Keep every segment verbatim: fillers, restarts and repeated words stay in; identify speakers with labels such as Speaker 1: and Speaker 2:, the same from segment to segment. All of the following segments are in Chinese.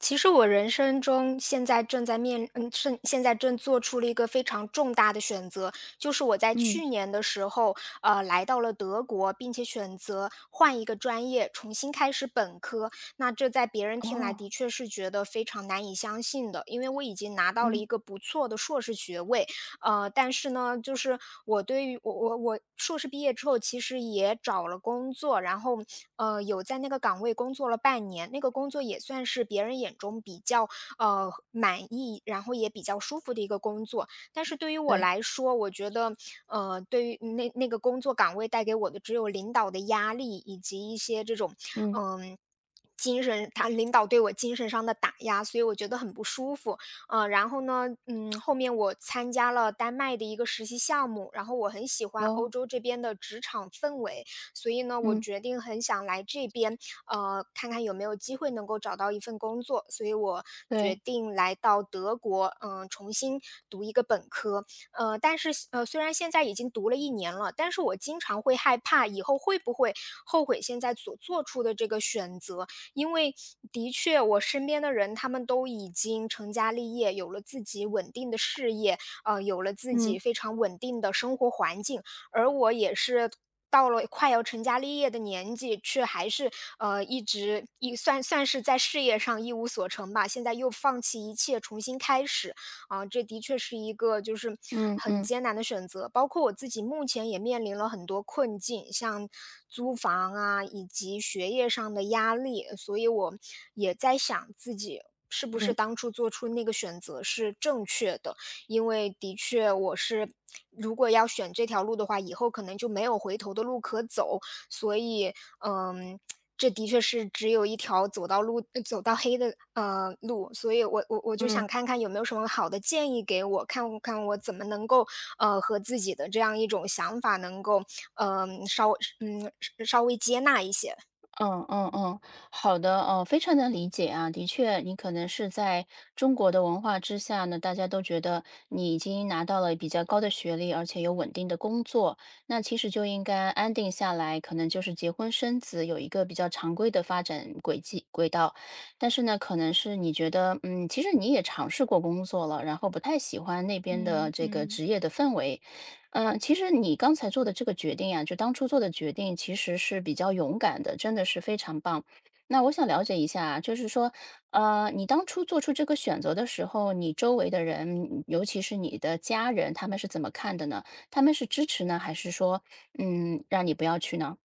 Speaker 1: 其实我人生中现在正在面，嗯，是现在正做出了一个非常重大的选择，就是我在
Speaker 2: 嗯，
Speaker 1: 去年的时候，呃，来到了德国，并且选择换一个专业，重新开始本科。那这在别人听来
Speaker 2: 哦，
Speaker 1: 的确是觉得非常难以相信的，因为我已经拿到了
Speaker 2: 嗯，
Speaker 1: 一个不错的硕士学位，呃，但是呢，就是我对于我我我硕士毕业之后，其实也找了工作，然后呃，有在那个岗位工作了半年，那个工作也算是别人眼中比较呃满意，然后也比较舒服的一个工作。但是对于我
Speaker 2: 对，
Speaker 1: 来说，我觉得呃，对于那那个工作岗位带给我的只有领导的压力，以及一些这种
Speaker 2: 嗯，
Speaker 1: 嗯。精神，他领导对我精神上的打压，所以我觉得很不舒服。呃，然后呢，嗯，后面我参加了丹麦的一个实习项目，然后我很喜欢欧
Speaker 2: 哦，
Speaker 1: 洲这边的职场氛围，所以呢，我
Speaker 2: 嗯，
Speaker 1: 决定很想来这边，呃，看看有没有机会能够找到一份工作，所以我决
Speaker 2: 对，
Speaker 1: 定来到德国，嗯，重新读一个本科。呃，但是呃，虽然现在已经读了一年了，但是我经常会害怕以后会不会后悔现在所做出的这个选择，因为的确我身边的人他们都已经成家立业，有了自己稳定的事业，呃，有了自
Speaker 2: 嗯，
Speaker 1: 己非常稳定的生活环境，而我也是到了快要成家立业的年纪，却还是呃一直一算算是在事业上一无所成吧。现在又放弃一切，重新开始啊，这的确是一个就是
Speaker 2: 嗯
Speaker 1: 很
Speaker 2: 嗯
Speaker 1: 艰难的选择。包括我自己目前也面临了很多困境，像租房啊，以及学业上的压力，所以我也在想自己。是不是
Speaker 2: 嗯
Speaker 1: 当初做出那个选择是正确的？因为的确我是如果要选这条路的话，以后可能就没有回头的路可走，所以，嗯，这的确是只有一条走到路走到黑的，呃，路，所以我我我就
Speaker 2: 嗯。
Speaker 1: 想看看有没有什么好的建议给我，看看我怎么能够，呃，和自己的这样一种想法能够嗯，呃，稍嗯，稍微接纳一些。
Speaker 2: 嗯嗯嗯，好的，哦，非常能理解啊。的确，你可能是在中国的文化之下呢，大家都觉得你已经拿到了比较高的学历，而且有稳定的工作，那其实就应该安定下来，可能就是结婚生子，有一个比较常规的发展轨迹轨道。但是呢，可能是你觉得，嗯，其实你也尝试过工作了，然后不太喜欢那边的
Speaker 1: 嗯
Speaker 2: 这个
Speaker 1: 嗯。
Speaker 2: 职业的氛围。嗯，呃其实你刚才做的这个决定呀，就当初做的决定，其实是比较勇敢的，真的是非常棒。那我想了解一下啊，就是说，呃，你当初做出这个选择的时候，你周围的人，尤其是你的家人，他们是怎么看的呢？他们是支持呢，还是说，嗯，让你不要去呢？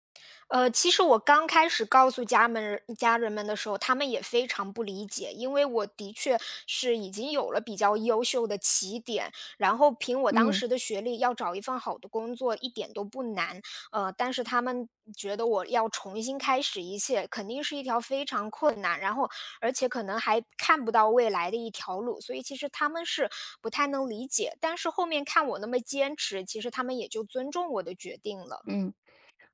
Speaker 1: 呃，其实我刚开始告诉家们家人们的时候，他们也非常不理解，因为我的确是已经有了比较优秀的起点，然后凭我当
Speaker 2: 嗯
Speaker 1: 时的学历要找一份好的工作一点都不难，呃，但是他们觉得我要重新开始一切，肯定是一条非常困难，然后而且可能还看不到未来的一条路，所以其实他们是不太能理解，但是后面看我那么坚持，其实他们也就尊重我的决定了。
Speaker 2: 嗯。嗯，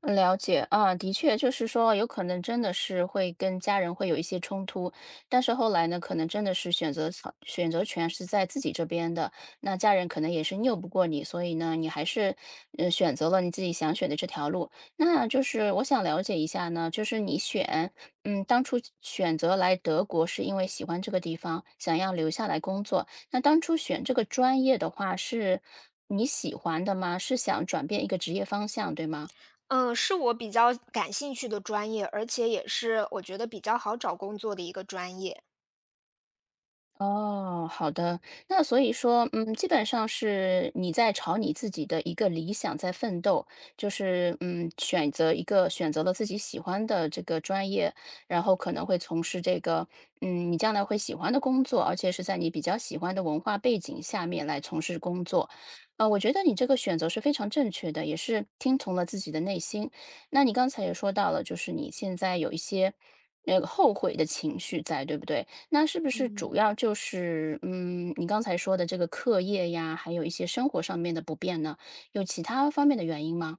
Speaker 2: 了解啊。的确，就是说，有可能真的是会跟家人会有一些冲突，但是后来呢，可能真的是选择草选择权是在自己这边的，那家人可能也是拗不过你，所以呢，你还是呃选择了你自己想选的这条路。那就是我想了解一下呢，就是你选，嗯，当初选择来德国是因为喜欢这个地方，想要留下来工作。那当初选这个专业的话，是你喜欢的吗？是想转变一个职业方向，对吗？
Speaker 1: 嗯，是我比较感兴趣的专业，而且也是我觉得比较好找工作的一个专业。
Speaker 2: 哦，好的。那所以说，嗯，基本上是你在朝你自己的一个理想在奋斗，就是嗯，选择一个选择了自己喜欢的这个专业，然后可能会从事这个，嗯，你将来会喜欢的工作，而且是在你比较喜欢的文化背景下面来从事工作。呃，我觉得你这个选择是非常正确的，也是听从了自己的内心。那你刚才也说到了，就是你现在有一些那个后悔的情绪在，对不对？那是不是主
Speaker 1: 嗯。
Speaker 2: 要就是，嗯，你刚才说的这个课业呀，还有一些生活上面的不便呢，有其他方面的原因吗？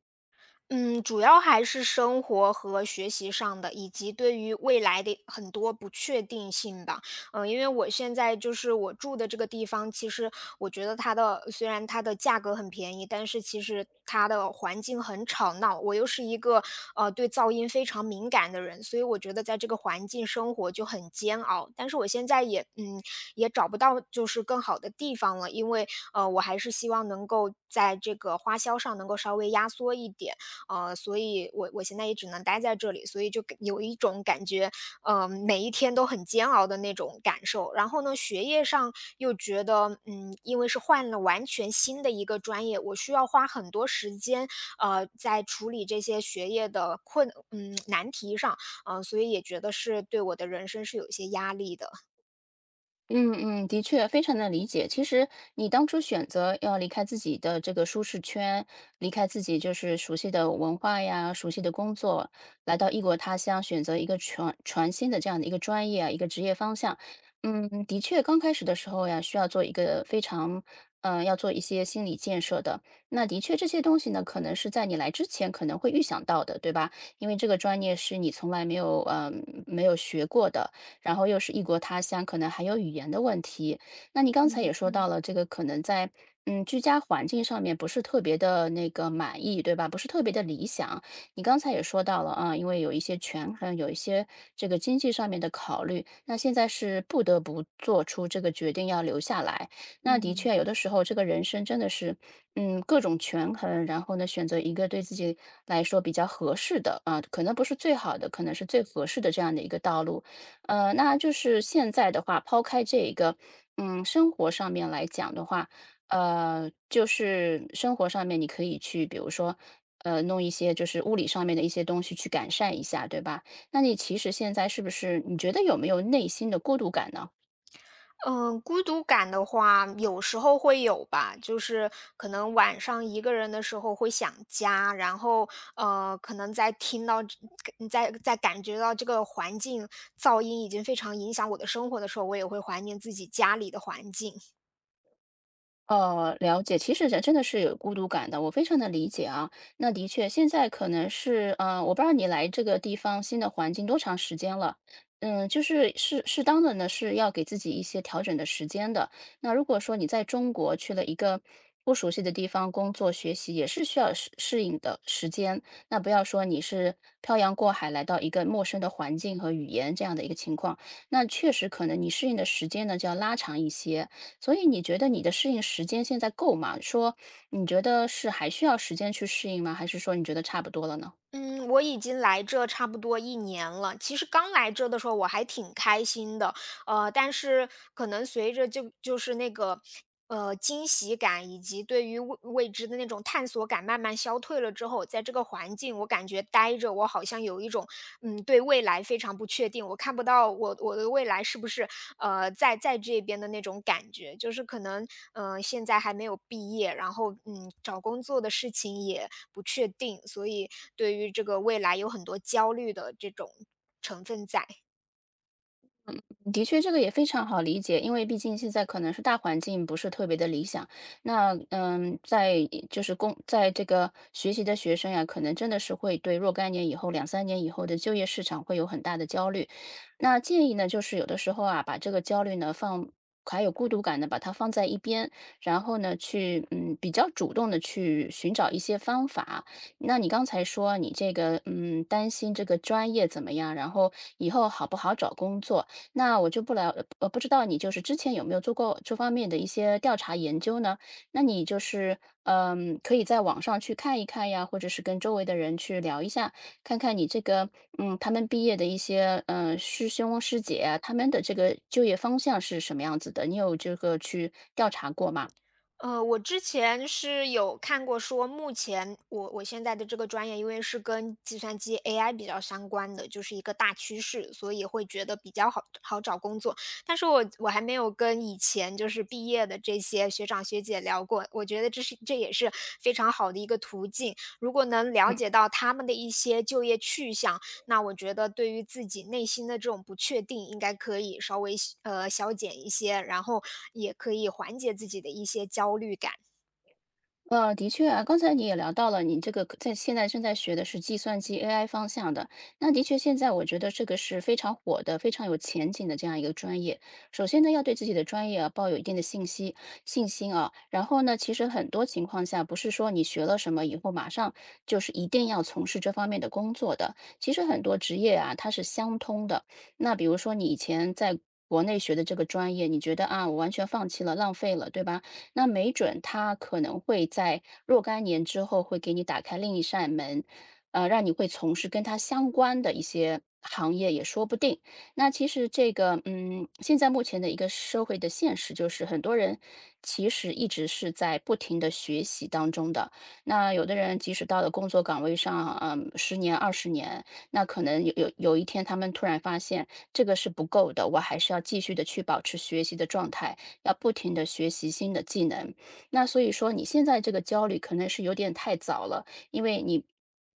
Speaker 1: 嗯，主要还是生活和学习上的，以及对于未来的很多不确定性吧。嗯，因为我现在就是我住的这个地方，其实我觉得它的虽然它的价格很便宜，但是其实它的环境很吵闹。我又是一个呃对噪音非常敏感的人，所以我觉得在这个环境生活就很煎熬。但是我现在也嗯也找不到就是更好的地方了，因为呃我还是希望能够在这个花销上能够稍微压缩一点。呃，所以我我现在也只能待在这里，所以就给有一种感觉，呃，每一天都很煎熬的那种感受。然后呢，学业上又觉得，嗯，因为是换了完全新的一个专业，我需要花很多时间，呃，在处理这些学业的困，嗯，难题上，嗯，所以也觉得是对我的人生是有一些压力的。
Speaker 2: 嗯嗯，的确，非常的理解。其实你当初选择要离开自己的这个舒适圈，离开自己就是熟悉的文化呀、熟悉的工作，来到异国他乡，选择一个全全新的这样的一个专业啊、一个职业方向。嗯，的确，刚开始的时候呀，需要做一个非常，呃，要做一些心理建设的。那的确，这些东西呢，可能是在你来之前可能会预想到的，对吧？因为这个专业是你从来没有，嗯、没有学过的。然后又是异国他乡，可能还有语言的问题。那你刚才
Speaker 1: 嗯
Speaker 2: 也说到
Speaker 1: 嗯
Speaker 2: 了，这个可能在嗯居家环境上面不是特别的那个满意，对吧？不是特别的理想。你刚才也说到了啊，因为有一些权衡，有一些这个经济上面的考虑，那现在是不得不做出这个决定要留下来。那的
Speaker 1: 嗯。
Speaker 2: 确，有的时候这个人生真的是，嗯，各种权衡，然后呢，选择一个对自己来说比较合适的啊，可能不是最好的，可能是最合适的这样的一个道路。呃，那就是现在的话，抛开这个，嗯，生活上面来讲的话，呃，就是生活上面你可以去，比如说，呃，弄一些就是物理上面的一些东西去改善一下，对吧？那你其实现在是不是你觉得有没有内心的过渡感呢？
Speaker 1: 嗯，孤独感的话，有时候会有吧，就是可能晚上一个人的时候会想家，然后呃，可能在听到这在在感觉到这个环境噪音已经非常影响我的生活的时候，我也会怀念自己家里的环境。
Speaker 2: 呃，了解，其实人真的是有孤独感的，我非常的理解啊。那的确，现在可能是，呃，我不知道你来这个地方新的环境多长时间了，嗯，就是适适当的呢是要给自己一些调整的时间的。那如果说你在中国去了一个不熟悉的地方工作学习，也是需要适适应的时间。那不要说你是漂洋过海来到一个陌生的环境和语言这样的一个情况，那确实可能你适应的时间呢就要拉长一些。所以你觉得你的适应时间现在够吗？说你觉得是还需要时间去适应吗？还是说你觉得差不多了呢？
Speaker 1: 嗯，我已经来这差不多一年了。其实刚来这的时候我还挺开心的，呃，但是可能随着就就是那个，呃，惊喜感以及对于未未知的那种探索感慢慢消退了之后，在这个环境我感觉待着，我好像有一种嗯，对未来非常不确定，我看不到我我的未来是不是，呃，在在这边的那种感觉。就是可能，嗯呃现在还没有毕业，然后，嗯，找工作的事情也不确定，所以对于这个未来有很多焦虑的这种成分在。
Speaker 2: 的确，这个也非常好理解，因为毕竟现在可能是大环境不是特别的理想。那嗯，在就是工在这个学习的学生呀，可能真的是会对若干年以后、两三年以后的就业市场会有很大的焦虑。那建议呢，就是有的时候啊，把这个焦虑呢放。还有孤独感呢，把它放在一边，然后呢，去嗯比较主动的去寻找一些方法。那你刚才说你这个嗯担心这个专业怎么样，然后以后好不好找工作，那我就不了，呃，不知道你就是之前有没有做过这方面的一些调查研究呢？那你就是，嗯，可以在网上去看一看呀，或者是跟周围的人去聊一下，看看你这个，嗯，他们毕业的一些，嗯、师兄师姐啊，他们的这个就业方向是什么样子的？你有这个去调查过吗？
Speaker 1: 呃，我之前是有看过说，目前我我现在的这个专业，因为是跟计算机 A I 比较相关的，就是一个大趋势，所以会觉得比较好好找工作。但是我我还没有跟以前就是毕业的这些学长学姐聊过，我觉得这是这也是非常好的一个途径。如果能了
Speaker 2: 嗯。
Speaker 1: 解到他们的一些就业去向，那我觉得对于自己内心的这种不确定，应该可以稍微呃，消减一些，然后也可以缓解自己的一些焦虑感。
Speaker 2: 呃，的确啊，刚才你也聊到了，你这个在现在正在学的是计算机 A I 方向的。那的确，现在我觉得这个是非常火的、非常有前景的这样一个专业。首先呢，要对自己的专业啊抱有一定的信息信心啊。然后呢，其实很多情况下不是说你学了什么以后马上就是一定要从事这方面的工作的。其实很多职业啊，它是相通的。那比如说你以前在国内学的这个专业，你觉得啊，我完全放弃了，浪费了，对吧？那没准他可能会在若干年之后会给你打开另一扇门，呃，让你会从事跟他相关的一些行业也说不定。那其实这个，嗯，现在目前的一个社会的现实就是，很多人其实一直是在不停的学习当中的。那有的人即使到了工作岗位上，嗯，十年、二十年，那可能有有有一天他们突然发现这个是不够的，我还是要继续的去保持学习的状态。要不停的学习新的技能。那所以说你现在这个焦虑可能是有点太早了，因为你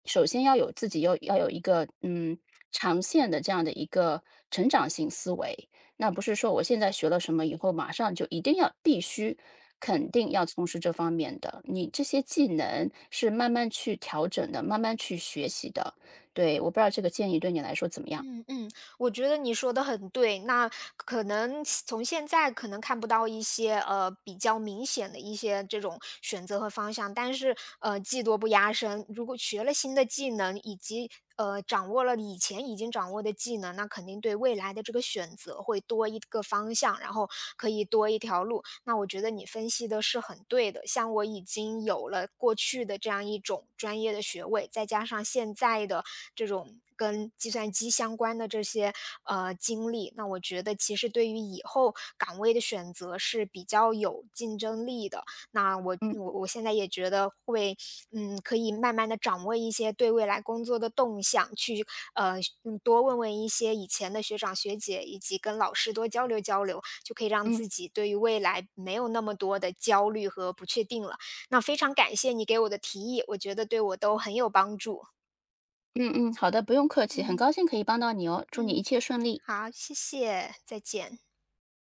Speaker 2: 首先要有自己要要有一个嗯长线的这样的一个成长性思维，那不是说我现在学了什么以后马上就一定要必须。肯定要从事这方面的，你这些技能是慢慢去调整的，慢慢去学习的。对，我不知道这个建议对你来说怎么样？
Speaker 1: 嗯嗯，我觉得你说的很对，那可能从现在可能看不到一些，呃，比较明显的一些这种选择和方向，但是，呃，技多不压身，如果学了新的技能，以及，呃，掌握了以前已经掌握的技能，那肯定对未来的这个选择会多一个方向，然后可以多一条路。那我觉得你分析的是很对的。像我已经有了过去的这样一种专业的学位，再加上现在的这种跟计算机相关的这些呃经历，那我觉得其实对于以后岗位的选择是比较有竞争力的。那我
Speaker 2: 嗯
Speaker 1: 我我现在也觉得会，嗯，可以慢慢的掌握一些对未来工作的动向，去呃嗯多问问一些以前的学长学姐，以及跟老师多交流交流。就可以让
Speaker 2: 嗯
Speaker 1: 自己对于未来没有那么多的焦虑和不确定了。那非常感谢你给我的提议，我觉得对我都很有帮助。
Speaker 2: 嗯嗯，好的，不用客气，很
Speaker 1: 嗯
Speaker 2: 高兴可以帮到你哦，祝你一
Speaker 1: 嗯，
Speaker 2: 切顺利。
Speaker 1: 好，谢谢，再见。